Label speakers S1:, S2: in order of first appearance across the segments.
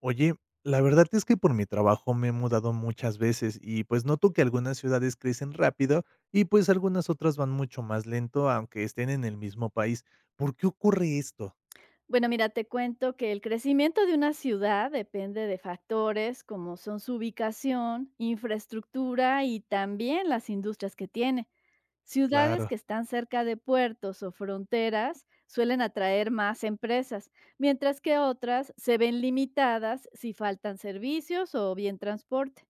S1: Oye, la verdad es que por mi trabajo me he mudado muchas veces y pues noto que algunas ciudades crecen rápido y pues algunas otras van mucho más lento aunque estén en el mismo país. ¿Por qué ocurre esto?
S2: Bueno, mira, te cuento que el crecimiento de una ciudad depende de factores como son su ubicación, infraestructura y también las industrias que tiene.
S1: Es
S2: Ciudades que
S1: claro.
S2: están cerca de puertos o fronteras suelen atraer más empresas, mientras que otras se ven limitadas si faltan servicios o bien transporte.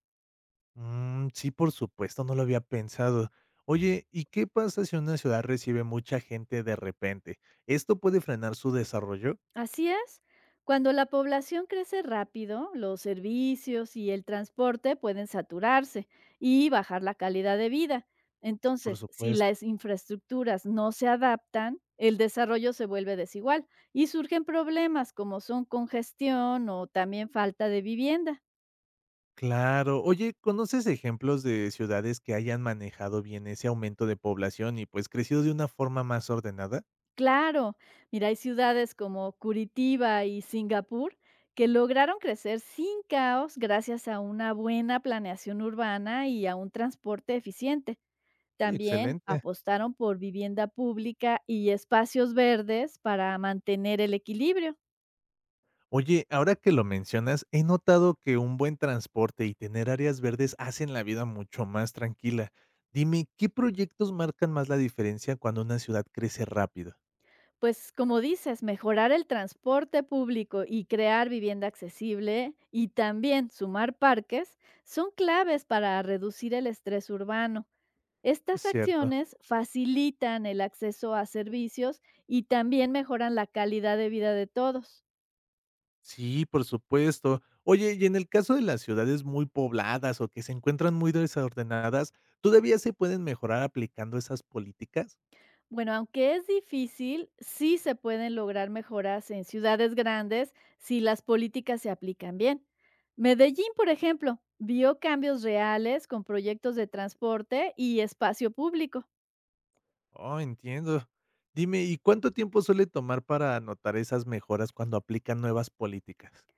S1: Mm, sí, por supuesto, no lo había pensado. Oye, ¿y qué pasa si una ciudad recibe mucha gente de repente? ¿Esto puede frenar su desarrollo?
S2: Así es. Cuando la población crece rápido, los servicios y el transporte pueden saturarse y bajar la calidad de vida.
S1: Sí, por
S2: Entonces, si
S1: supuesto.
S2: las infraestructuras no se adaptan, el desarrollo se vuelve desigual y surgen problemas como son congestión o también falta de vivienda.
S1: Claro. Oye, ¿conoces ejemplos de ciudades que hayan manejado bien ese aumento de población y pues crecido de una forma más ordenada?
S2: Claro, mira, hay ciudades como Curitiba y Singapur que lograron crecer sin caos gracias a una buena planeación urbana y a un transporte eficiente.
S1: Oye,
S2: También
S1: excelente.
S2: apostaron por vivienda pública y espacios verdes para mantener el equilibrio.
S1: Oye, ahora que lo mencionas, he notado que un buen transporte y tener áreas verdes hacen la vida mucho más tranquila. Dime, ¿qué proyectos marcan más la diferencia cuando una ciudad crece rápido?
S2: Pues como dices, mejorar el transporte público y crear vivienda accesible y también sumar parques son claves para reducir el estrés urbano.
S1: Es
S2: Estas
S1: cierto.
S2: acciones facilitan el acceso a servicios y también mejoran la calidad de vida de todos.
S1: Sí, por supuesto. Oye, y en el caso de las ciudades muy pobladas o que se encuentran muy desordenadas, ¿todavía se pueden mejorar aplicando esas políticas?
S2: Bueno, aunque es difícil, sí se pueden lograr mejoras en ciudades grandes si las políticas se aplican bien. Medellín, por ejemplo, vio cambios reales con proyectos de transporte y espacio público.
S1: Oh, entiendo. Dime, ¿y cuánto tiempo suele tomar para notar esas mejoras cuando aplican nuevas políticas?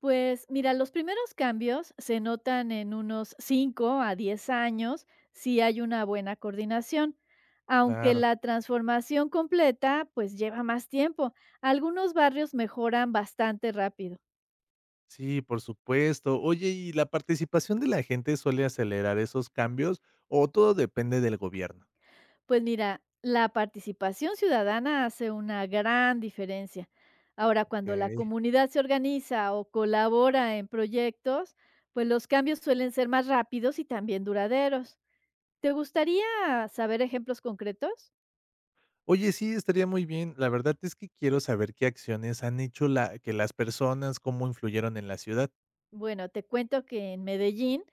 S2: Pues mira, los primeros cambios se notan en unos 5 a 10 años si hay una buena coordinación, aunque
S1: Claro.
S2: la transformación completa pues lleva más tiempo. Algunos barrios mejoran bastante rápido.
S1: Sí, por supuesto. Oye, ¿y la participación de la gente suele acelerar esos cambios o todo depende del gobierno?
S2: Pues mira, la participación ciudadana hace una gran diferencia. Ahora,
S1: Ok.
S2: cuando la comunidad se organiza o colabora en proyectos, pues los cambios suelen ser más rápidos y también duraderos. ¿Te gustaría saber ejemplos concretos?
S1: Oye, sí, estaría muy bien. La verdad es que quiero saber qué acciones han hecho la que las personas, cómo influyeron en la ciudad.
S2: Bueno, te cuento que en Medellín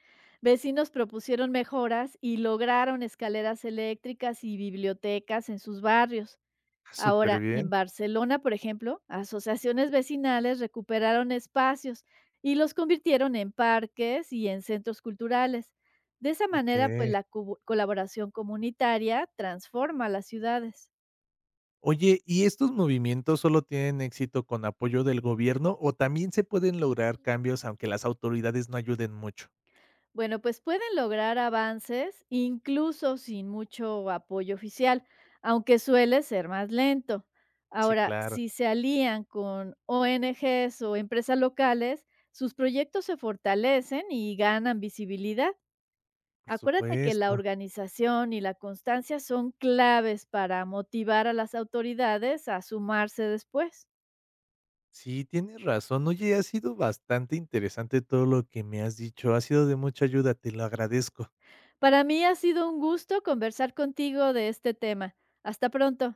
S2: vecinos propusieron mejoras y lograron escaleras eléctricas y bibliotecas en sus barrios.
S1: Ah, súper
S2: Ahora, en
S1: bien.
S2: Barcelona, por ejemplo, asociaciones vecinales recuperaron espacios y los convirtieron en parques y en centros culturales. De esa manera, pues
S1: Okey.
S2: la colaboración comunitaria transforma las ciudades.
S1: Oye, ¿y estos movimientos solo tienen éxito con apoyo del gobierno o también se pueden lograr cambios aunque las autoridades no ayuden mucho?
S2: Bueno, pues pueden lograr avances incluso sin mucho apoyo oficial, aunque suele ser más lento.
S1: Sí,
S2: Ahora,
S1: claro,
S2: si se alían con ONGs o empresas locales, sus proyectos se fortalecen y ganan visibilidad.
S1: por
S2: Acuérdate que la
S1: supuesto.
S2: organización y la constancia son claves para motivar a las autoridades a sumarse después.
S1: Sí, tienes razón. Oye, ha sido bastante interesante todo lo que me has dicho. Ha sido de mucha ayuda, te lo agradezco.
S2: Para mí ha sido un gusto conversar contigo de este tema. Hasta pronto.